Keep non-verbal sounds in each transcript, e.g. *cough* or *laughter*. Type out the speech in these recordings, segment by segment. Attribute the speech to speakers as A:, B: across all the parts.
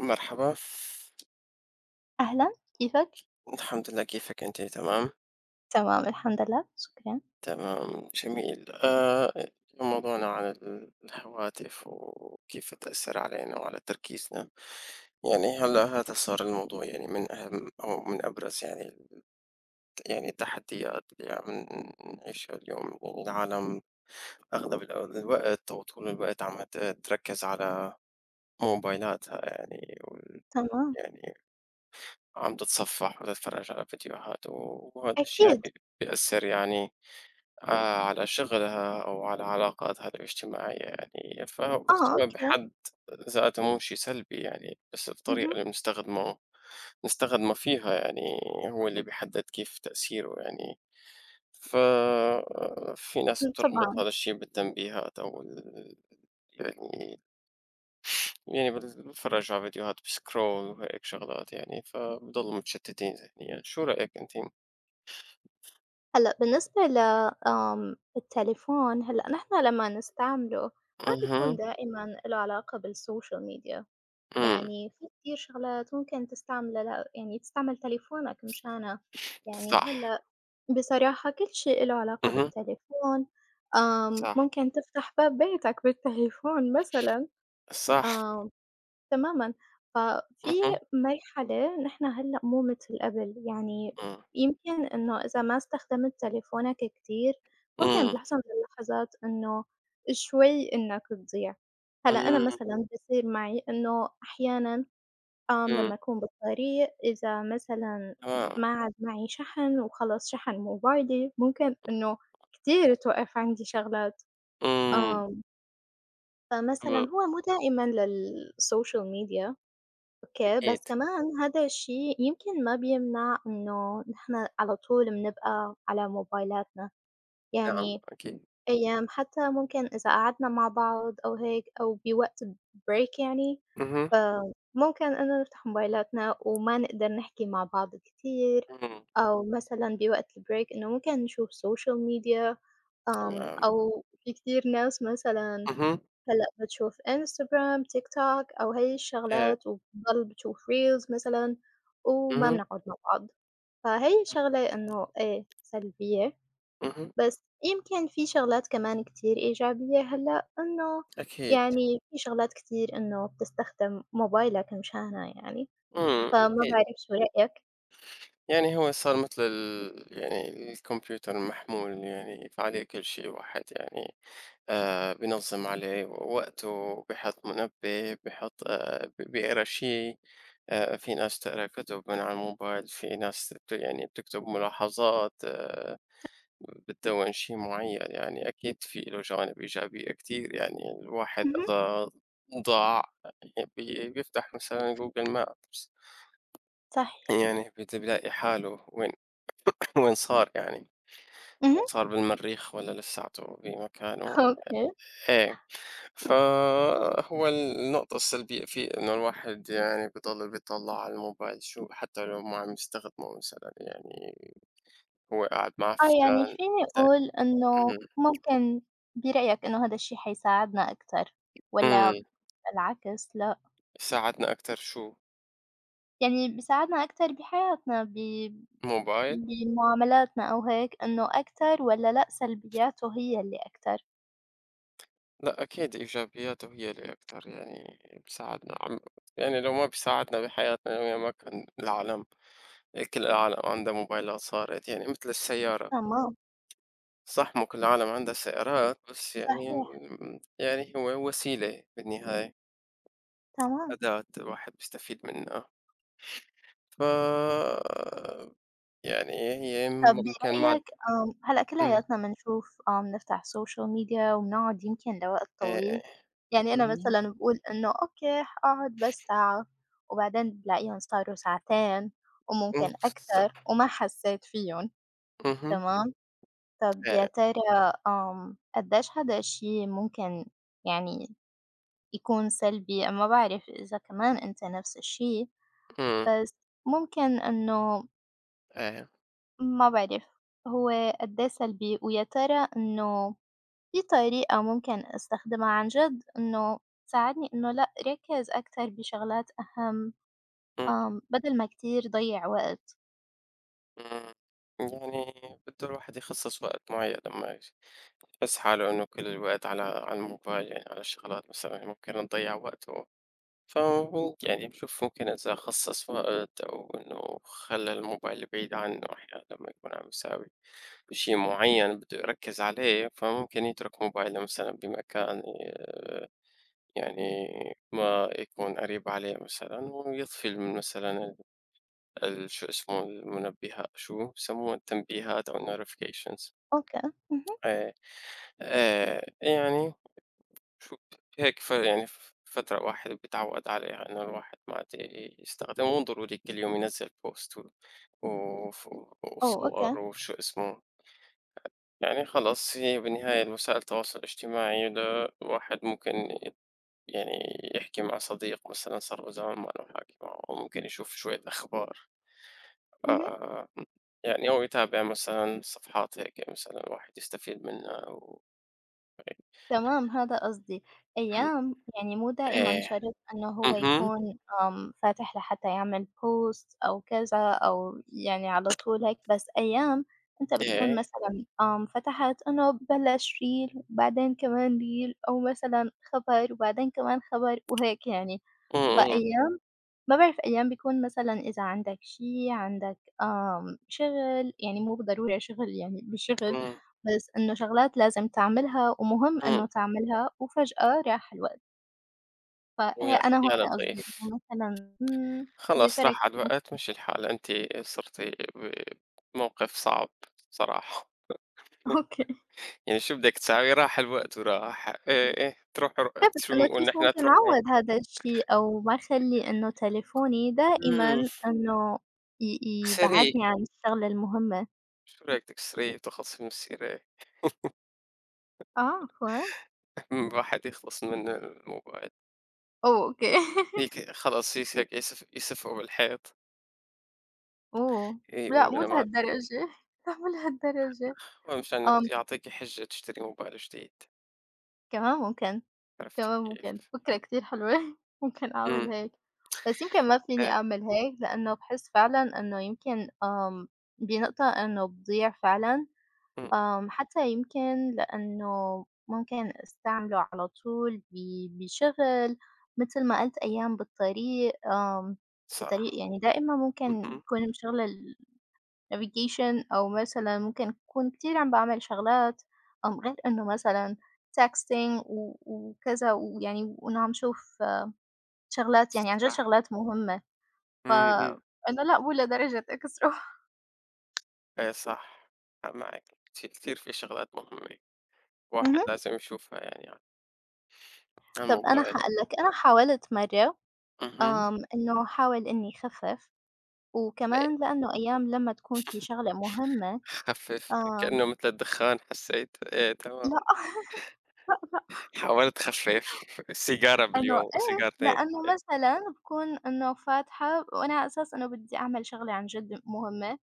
A: مرحبا.
B: أهلًا، كيفك؟
A: الحمد لله. كيفك أنت؟ تمام.
B: تمام الحمد لله، شكرًا.
A: تمام جميل، موضوعنا عن الهواتف وكيف تأثر علينا وعلى تركيزنا. يعني هلا هذا صار الموضوع، يعني من أهم أو من أبرز يعني يعني التحديات اللي عم نعيشها اليوم، يعني العالم أغلب الوقت أو طول الوقت عم تركز على موبايلاتها، يعني
B: تمام،
A: يعني عم تتصفح وتتفرج على فيديوهات وهذا الشيء عم
B: أكيد،
A: بيأثر، يعني على شغلها أو على علاقاتها الاجتماعية. يعني فهو، بس
B: آه
A: هو
B: أوكي،
A: بحد ذاته مو شيء سلبي، يعني بس الطريقة
B: اهم،
A: اللي بنستخدمه فيها يعني هو اللي بيحدد كيف تأثيره. يعني ففي ناس بتربط
B: طبعًا.
A: هذا الشيء بالتنبيهات أو يعني، يعني بتفرج على فيديوهات بسكرول وهيك شغلات، يعني فبضلوا متشتتين ذهنيا. شو رأيك أنت؟
B: هلأ بالنسبة ل التليفون، هلأ نحن لمّا نستعمله ما بيكون
A: اهم،
B: دائمًا له علاقة بالسوشيال ميديا،
A: إمم،
B: يعني في كتير شغلات ممكن تستعمله يعني تستعمل تليفونك مشانها، يعني
A: صح،
B: هلأ بصراحة كل شيء له علاقة
A: اهم،
B: بالتليفون،
A: صح،
B: ممكن تفتح باب بيتك بالتليفون مثلًا،
A: صح،
B: آمم تمامًا، ففي
A: اهم،
B: مرحلة نحن هلأ مو متل قبل، يعني
A: إمم،
B: يمكن إنه إذا ما استخدمت تليفونك كتير، ممكن
A: إمم،
B: بلحظة من اللحظات إنه شوي إنك تضيع، هلأ أنا
A: إمم،
B: مثلًا بيصير معي إنه أحيانًا
A: إمم،
B: لمّا أكون بالطريق إذا مثلًا
A: تمام،
B: ما عاد معي شحن وخلص شحن موبايلي، ممكن إنه كتير توقف عندي شغلات،
A: إمم،
B: آمم، فمثلًا
A: تمام،
B: هو مو دائمًا للsocial media. أوكي، بس
A: أكيد،
B: كمان هذا الشيء يمكن ما بيمنع إنه نحن على طول بنبقى على موبايلاتنا،
A: نعم،
B: يعني
A: أكيد،
B: أيام حتى ممكن إذا قعدنا مع بعض أو هيك أو بوقت break يعني،
A: اهم،
B: ممكن إنه نفتح موبايلاتنا وما نقدر نحكي مع بعض كتير،
A: إمم،
B: أو مثلًا بوقت الbreak إنه ممكن نشوف social media.
A: تمام،
B: أو في كتير ناس مثلًا
A: اهم،
B: هلأ بتشوف Instagram، TikTok أو هاي
A: إيه،
B: الشغلات، وبتضل بتشوف reels مثلًا، وما
A: اهم،
B: بنقعد مع بعض، فهي شغلة إنه إيه سلبية،
A: اهم،
B: بس يمكن في شغلات كمان كتير إيجابية هلأ، إنه
A: أكيد،
B: يعني في شغلات كتير إنه بتستخدم موبايلك مشانها يعني،
A: إمم،
B: فما
A: أكيد.
B: بعرف شو رأيك؟
A: يعني هو صار مثل يعني الكمبيوتر المحمول، يعني فعليه كل شي الواحد، يعني بينظّم عليه وقته، بيحط منبه، بيحط ب بيقرا شي. في ناس تقرا كتب من على الموبايل، في ناس يعني بتكتب ملاحظات، بتدوّن شي معيّن. يعني أكيد في له جوانب إيجابية كتير، يعني الواحد
B: اهم،
A: إذا ضاع، يعني بيفتح مثلًا Google Maps،
B: صح،
A: يعني بيلاقي حاله وين *laughs* وين صار، يعني
B: اهم،
A: صار بالمريخ والّا لساته بمكانه.
B: *laughs* أوكي.
A: إيه. فهو النقطة السلبية فيه إنه الواحد، يعني بيضل بيطلع على الموبايل شو، حتى لو ما عم يستخدمه مثلا، يعني هو قاعد مع
B: آه، يعني
A: فلان.
B: فيني
A: ت-
B: أقول إنه
A: مم.
B: ممكن برأيك إنه هذا الشي حيساعدنا أكتر
A: مم.
B: والّا العكس لأ؟
A: ساعدنا أكتر شو
B: يعني بيساعدنا أكتر بحياتنا،
A: موبايل؟
B: بمعاملاتنا أو هيك إنه أكتر والّا لأ سلبياته هي اللي أكتر؟
A: لا، أكيد إيجابياته هي اللي أكتر، يعني بساعدنا، عم، يعني لو ما بيساعدنا بحياتنا اليومية ما كان العالم، كل العالم عندها موبايلات، صارت يعني مثل السيارة.
B: تمام،
A: صح، مو كل العالم عندها سيارات، بس يعني،
B: صحيح،
A: يعني هو وسيلة بالنهاية،
B: تمام.
A: أداة الواحد بيستفيد منها. ف يعني هي
B: طب
A: ممكن مع،
B: برأيك هلأ
A: إمم،
B: كلّياتنا بنشوف بنفتح social media وبنقعد يمكن لوقت طويل،
A: إيه،
B: يعني أنا مثلًا
A: إمم،
B: باقول إنه أوكي هاقعد بس ساعة، وبعدين بالاقيهم صاروا ساعتين
A: إمم،
B: وممكن أكتر
A: صح،
B: وما حسيت فيهم،
A: اهم،
B: تمام؟ طب يا
A: إيه،
B: ترى قديش هذا الشي ممكن يعني يكون سلبي؟ ما باعرف إذا كمان أنت نفس الشي،
A: إمم،
B: بس ممكن إنه
A: إيه،
B: ما باعرف، هو قد إيه سلبي، ويا ترى إنه في طريقة ممكن أستخدمها عن جد إنه تساعدني إنه لأ أركّز أكتر بشغلات أهم،
A: إمم،
B: بدل ما كتير ضيّع وقت؟
A: إمم. يعني بده الواحد يخصص وقت معين لمّا يحس حاله إنه كل الوقت على الموبايل، يعني على الشغلات، مثلًا ممكن نضيّع وقته. فهو يعني بشوف ممكن، إذا خصص وقت أو إنه خلى الموبايل بعيد عنه أحيانا، لما يكون عم يساوي شيء معين بده يركز عليه، فممكن يترك موبايله مثلا بمكان يعني ما يكون قريب عليه مثلا، ويطفي مثلا شو اسمه المنبهات، شو بسموها، التنبيهات أو notifications.
B: أوكي، اهم،
A: إيه، إيه. يعني شوف، هي كفاية، يعني فترة الواحد بيتعوّد عليها إنه الواحد ما عاد يستخدمه، ودضروري كل يوم ينزّل بوست و وف
B: أوه
A: وصور
B: أوكي،
A: وشو اسمه. يعني خلاص هي بالنهاية الوسائل التواصل الاجتماعي، ده الواحد ممكن يت يعني يحكي مع صديق مثلًا صار له زمان ما له حاكي معه، ممكن يشوف شوية أخبار،
B: اهم.
A: آآ، يعني أو يتابع مثلًا صفحات هيك، مثلًا الواحد يستفيد منها
B: تمام، هذا قصدي. أيام يعني مو دائمًا
A: إيه،
B: شرط إنه هو
A: اهم،
B: يكون فاتح لحتى يعمل post أو كذا أو يعني على طول هيك، بس أيام أنت بتكون
A: إيه،
B: مثلًا فتحت إنه بلّش reel وبعدين كمان reel أو مثلًا خبر وبعدين كمان خبر وهيك يعني،
A: إمم، إمم،
B: فأيام بابعد في أيام بيكون مثلًا إذا عندك شي، عندك شغل، يعني مو بالضرورة شغل يعني مش شغل،
A: إمم،
B: بس إنه شغلات لازم تعملها ومهم
A: إمم.
B: إنه تعملها وفجأة راح الوقت، فهي
A: ويا
B: أنا
A: يا
B: هون قصدي
A: لطيف،
B: إنه مثلًا يا
A: خلاص
B: ترى
A: راح
B: كيف
A: على
B: ممكن
A: الوقت، مشي الحال، أنتِ صرتِ بموقف صعب صراحة،
B: *laughs* أوكي،
A: يعني شو بدك تساوي، راح الوقت وراح، إيه، إيه، تروح
B: إيه بس
A: شو
B: إنه
A: بنقول
B: كيف
A: نحن،
B: ممكن
A: تروح
B: أعوّض
A: روحه.
B: هذا الشي أو ما أخلّي إنه تليفوني
A: إمم،
B: دائمًا إنه ي
A: اكسريه.
B: يبعدني عن الشغلة المهمة؟
A: شو رأيك تكسريه وتخلصي من السيرة؟
B: آه، عفوًا،
A: *laughs* الواحد يخلص من الموبايل،
B: أوه أوكي. *laughs*
A: هيك خلص، هيك يسفقوا بالحيط،
B: أوه! لأ
A: يقول
B: مو
A: أنا معك.
B: لهالدرجة، *laughs* لأ مو لهالدرجة،
A: هو مشان
B: آمم،
A: يعطيكِ حجة تشتري موبايل جديد،
B: كمان ممكن،
A: عرفتِ
B: كمان ممكن،
A: كيف؟
B: فكرة كتير حلوة *laughs* ممكن أعمل
A: إمم،
B: هيك، بس يمكن ما فيني
A: إيه،
B: أعمل هيك لأنه باحس فعلًا إنه يمكن بنقطة إنه بضيع فعلًا،
A: إمم،
B: حتى يمكن لأنه ممكن أستعمله على طول بشغل متل ما قلت أيام بالطريق، بالطريق
A: صح،
B: يعني دائمًا ممكن
A: اهم،
B: أكون مشغلة ال navigation أو مثلًا ممكن أكون كتير عم باعمل شغلات، غير إنه مثلًا texting وكذا ويعني وإنه عم شوف شغلات يعني عن جد
A: صح،
B: شغلات مهمة،
A: إمم، إمم.
B: فأنا لأ مو لدرجة أكسره.
A: إيه صح، معاك، كتير في شغلات مهمة الواحد
B: اهم.
A: لازم يشوفها، يعني على
B: طب أنا
A: الموبايل.
B: حاقول لك، أنا حاولت مرّة،
A: اهم،
B: إنه أحاول إني أخفف، وكمان
A: إيه،
B: لإنه أيام لمّا تكون في شغلة مهمة
A: خفف،
B: آمم،
A: كأنه متل الدخان حسيت، إيه تمام،
B: لأ، *laughs* لأ، لأ،
A: حاولت أخفف سيجارة
B: إنه
A: باليوم
B: إيه،
A: وسيجارتين،
B: لإنه مثلًا بكون إنه فاتحة وأنا على أساس إنه بدي أعمل شغلة عن جد مهمة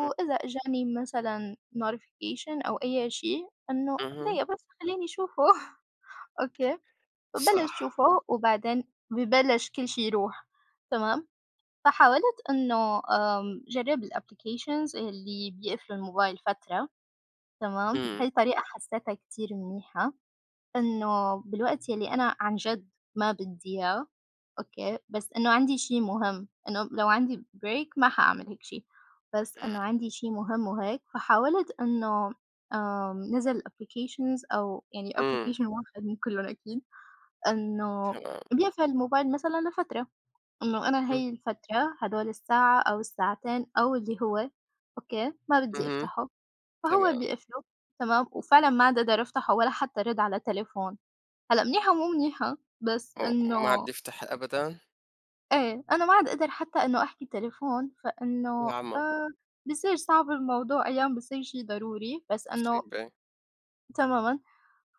A: إمم،
B: إجاني مثلًا notification أو أي شيء إنه
A: اهم،
B: دقيقة بس خلّيني أشوفه. *laughs* أوكي، بابلش
A: صح،
B: شوفه وبعدين ببلش كل شي يروح. تمام، فحاولت إنه جرّب الapplications اللي بيقفلوا الموبايل فترة. تمام،
A: إمم،
B: هاي طريقة حسّيتها كتير منيحة. إنه بالوقت يلّي أنا عن جد ما بدّي إياه، أوكي، بس إنه عندي شي مهم، إنه لو عندي break ما حاعمل هيك شي، بس
A: إمم،
B: إنه عندي شي مهم وهيك، فحاولت إنه نزل applications أو يعني
A: إمم،
B: application واحد من كلّن أكيد، إنه
A: تمام،
B: بيقفل الموبايل مثلًا لفترة، إنه أنا
A: إمم،
B: هي الفترة هدول الساعة أو الساعتين أو اللي هو أوكي، ما بدّي
A: اهم،
B: أفتحه، فهو
A: تمام.
B: بيقفله. تمام، وفعلًا ما دَدَر أفتحه ولا حتى رد على تليفون. هلأ منيحة ومو منيحة، بس
A: و وما
B: إنه
A: عاد يفتح أبدًا؟
B: إيه، أنا ما عاد أقدر حتى إنه أحكي تليفون، فإنه
A: يا عمى،
B: آآ بصير صعب الموضوع أيام بصير شي ضروري، بس إنه
A: مصيبة،
B: تمامًا،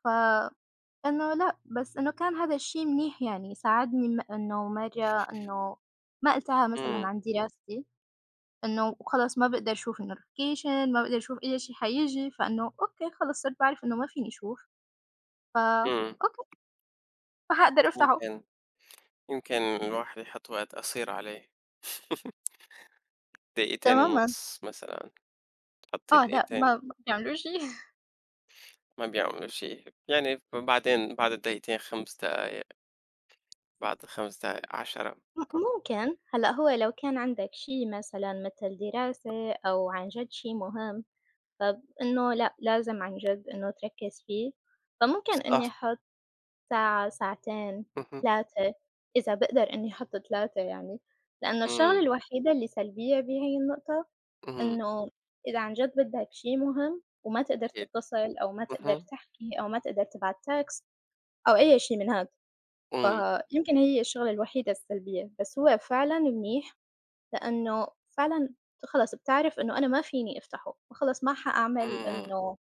B: فإنه لأ، بس إنه كان هذا الشي منيح يعني ساعدني إنه مرّة إنه ما قلتها مثلًا
A: إمم،
B: عن دراستي، إنه خلص ما باقدر أشوف الnotification، ما باقدر أشوف أي شي حييجي، فإنه أوكي خلص صرت باعرف إنه ما فيني أشوف، ف
A: إمم.
B: أوكي، فحاقدر أفتحه.
A: يمكن، يمكن الواحد يحط وقت قصير عليه *laughs* دقيقتين
B: تمامًا.
A: ونص مثلًا. حطيت
B: آه لأ، ما
A: دقيقتين،
B: ما بيعملوا شي.
A: ما بيعملوا شي، يعني بعدين بعد الدقيقتين 5 دقايق، بعد 5 دقايق 10.
B: ممكن هلأ هو لو كان عندك شي مثلًا مثل دراسة أو عن جد شي مهم، فإنه لأ لازم عن جد إنه تركّز فيه، فممكن إني
A: صح،
B: أحُط ساعة، ساعتين،
A: اهم،
B: 3 إذا باقدر إني أحُط 3 يعني، لإنه الشغلة
A: إمم،
B: الوحيدة اللي سلبية بهي النقطة
A: إمم،
B: إنه إذا عن جد بدّك شي مهم وما تقدر
A: أكيد،
B: تتصل أو ما تقدر
A: اهم،
B: تحكي أو ما تقدر تبعت text أو أي شي من هاد،
A: إمم،
B: فيمكن هي الشغلة الوحيدة السلبية، بس هو فعلًا منيح لإنه فعلًا خلاص بتعرف إنه أنا ما فيني أفتحه، فخلاص ما
A: إمم،
B: حأعمل
A: إمم،
B: إنه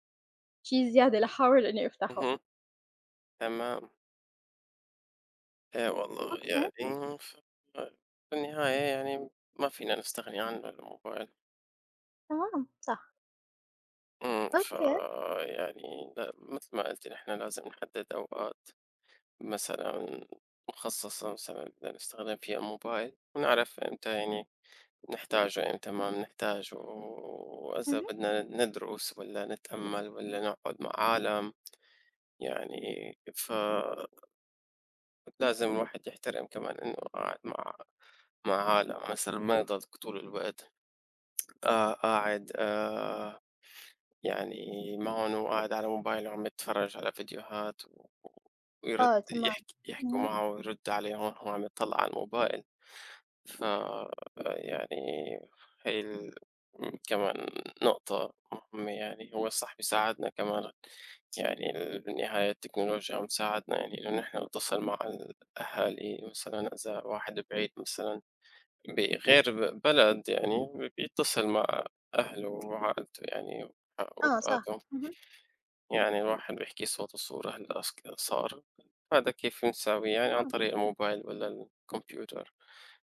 B: شي زيادة لأحاول إني أفتحه.
A: اهم، تمام. والله،
B: أوكي،
A: يعني في النهاية يعني ما فينا نستغني عن الموبايل.
B: تمام، صح،
A: إمم،
B: أوكي،
A: فيعني مثل ما قلتِ، نحن لازم نحدد أوقات مثلًا مخصصة مثلًا بدنا نستخدم فيها الموبايل، ونعرف إمتى، يعني نحتاجه، يعني تمام نحتاجه، وإذا
B: اهم،
A: بدنا ندرس ولا نتأمل ولا نقعد مع عالم، يعني فلازم الواحد يحترم كمان إنه قاعد مع، مع عالم مثلا ما يضل طول الوقت، آه قاعد آه يعني معهم، وقاعد على موبايله عم يتفرج على فيديوهات ويرد،
B: آه تمام،
A: يحكي يحكوا
B: اهم،
A: معه ويرد عليهم، هو عم يطلع على الموبايل. ف يعني هي ال كمان نقطة مهمة، يعني هو صح بيساعدنا كمان، يعني بالنهاية التكنولوجيا عم تساعدنا، يعني إنه نحن نتواصل مع الأهالي مثلًا، إذا واحد بعيد مثلًا بغير بلد، يعني بيتصل مع أهله وعائلته، يعني
B: آه صح،
A: ورفقاته.
B: اهم،
A: يعني الواحد بيحكي صوت وصورة هلأ، صار هذا كيف بنساويه، يعني عن
B: تمام،
A: طريق الموبايل والّا الكمبيوتر.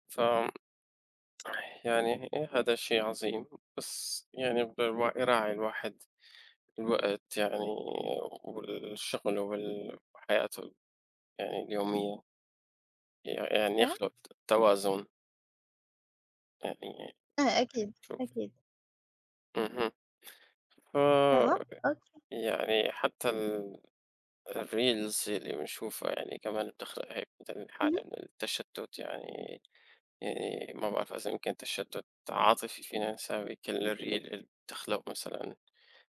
A: ف يعني هذا شيء عظيم. بس يعني يراعي الواحد الوقت، يعني والشغل وحياته يعني اليومية، يعني
B: أوكي،
A: يخلق توازن، يعني
B: إيه أكيد،
A: شوف.
B: أكيد،
A: اهم.
B: تمام،
A: ف
B: أوكي،
A: يعني حتى الreels اللي بنشوفها يعني كمان بتخلق هيك مثل
B: اهم،
A: حالة من التشتت، يعني يعني ما بعرف إذا يمكن تشتت عاطفي فينا نساوي، كل الreel اللي بتخلق مثلًا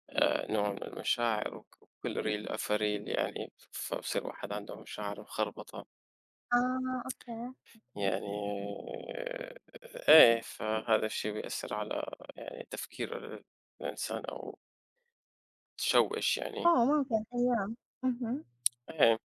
A: نوع من المشاعر، وكل ريل فَريل، يعني فبصير الواحد عنده مشاعر مخربطة،
B: آه أوكي، أوكي،
A: يعني آه، إيه، فهذا الشيء بيأثّر على يعني تفكير الإنسان أو تشوِّش يعني،
B: آه ممكن أيام، اهم،
A: إيه.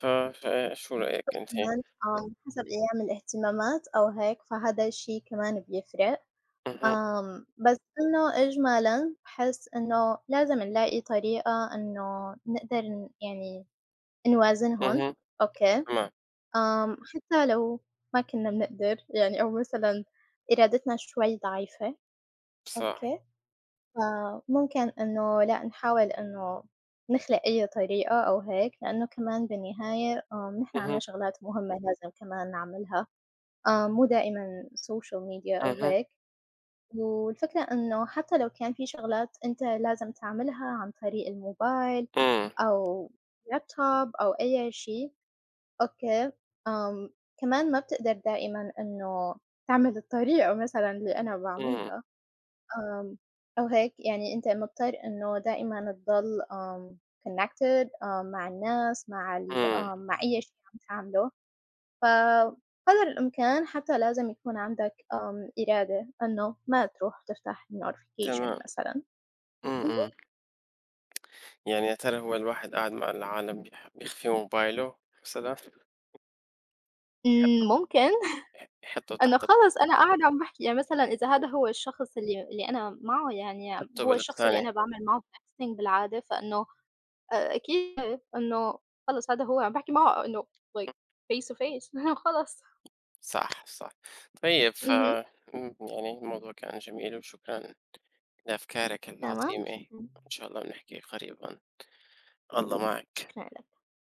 A: فشو رأيك أنتِ؟
B: وكمان آه حسب أيام الاهتمامات أو هيك، فهذا الشي كمان بيفرق.
A: اهم،
B: بس إنه إجمالًا باحس إنه لازم نلاقي طريقة إنه نقدر يعني نوازنهم،
A: اهم،
B: أوكي،
A: تمام،
B: حتى لو ما كنّا بنقدر يعني أو مثلًا إرادتنا شوي ضعيفة،
A: صح،
B: أوكي، فممكن إنه لأ نحاول إنه نخلق أي طريقة أو هيك، لإنه كمان بالنهاية نحن عنا
A: اهم،
B: شغلات مهمة لازم كمان نعملها، مو دائمًا social media أو
A: اهم،
B: هيك. والفكرة إنه حتى لو كان في شغلات أنت لازم تعملها عن طريق الموبايل
A: إمم،
B: أو لابتوب أو أي شيء أوكي أم كمان ما بتقدر دائما إنه تعمل الطريقة مثلا اللي أنا
A: إمم،
B: بعملها أم أو هيك يعني أنت مضطر إنه دائما تضل connected مع الناس مع ال
A: إمم،
B: أم مع أي شيء عم تعمله فقدر الإمكان حتى لازم يكون عندك إرادة إنه ما تروح تفتح notification
A: تمام،
B: مثلًا.
A: إمم،
B: اهم.
A: إمم. يعني يا ترى هو الواحد قاعد مع العالم، بيخفي موبايله مثلًا، يحطّه،
B: ممكن. *laughs*
A: يحطّه
B: إنه
A: تحت،
B: خلص أنا قاعدة عم باحكي يعني مثلًا إذا هذا هو الشخص اللي أنا معه يعني
A: يحطّه
B: هو الشخص اللي
A: بالأغتان.
B: أنا باعمل معه texting بالعادة، فإنه أكيد إنه خلص هذا هو عم باحكي معه إنه like
A: إمم،
B: face to face. *laughs* خلص.
A: صح، صح. طيب
B: اهم.
A: إمم، يعني الموضوع كان جميل، وشكرًا لأفكارك
B: تمام،
A: العظيمة،
B: شكرًا.
A: وإن شاء الله بنحكي قريبًا. الله معك.
B: شكرًا لك.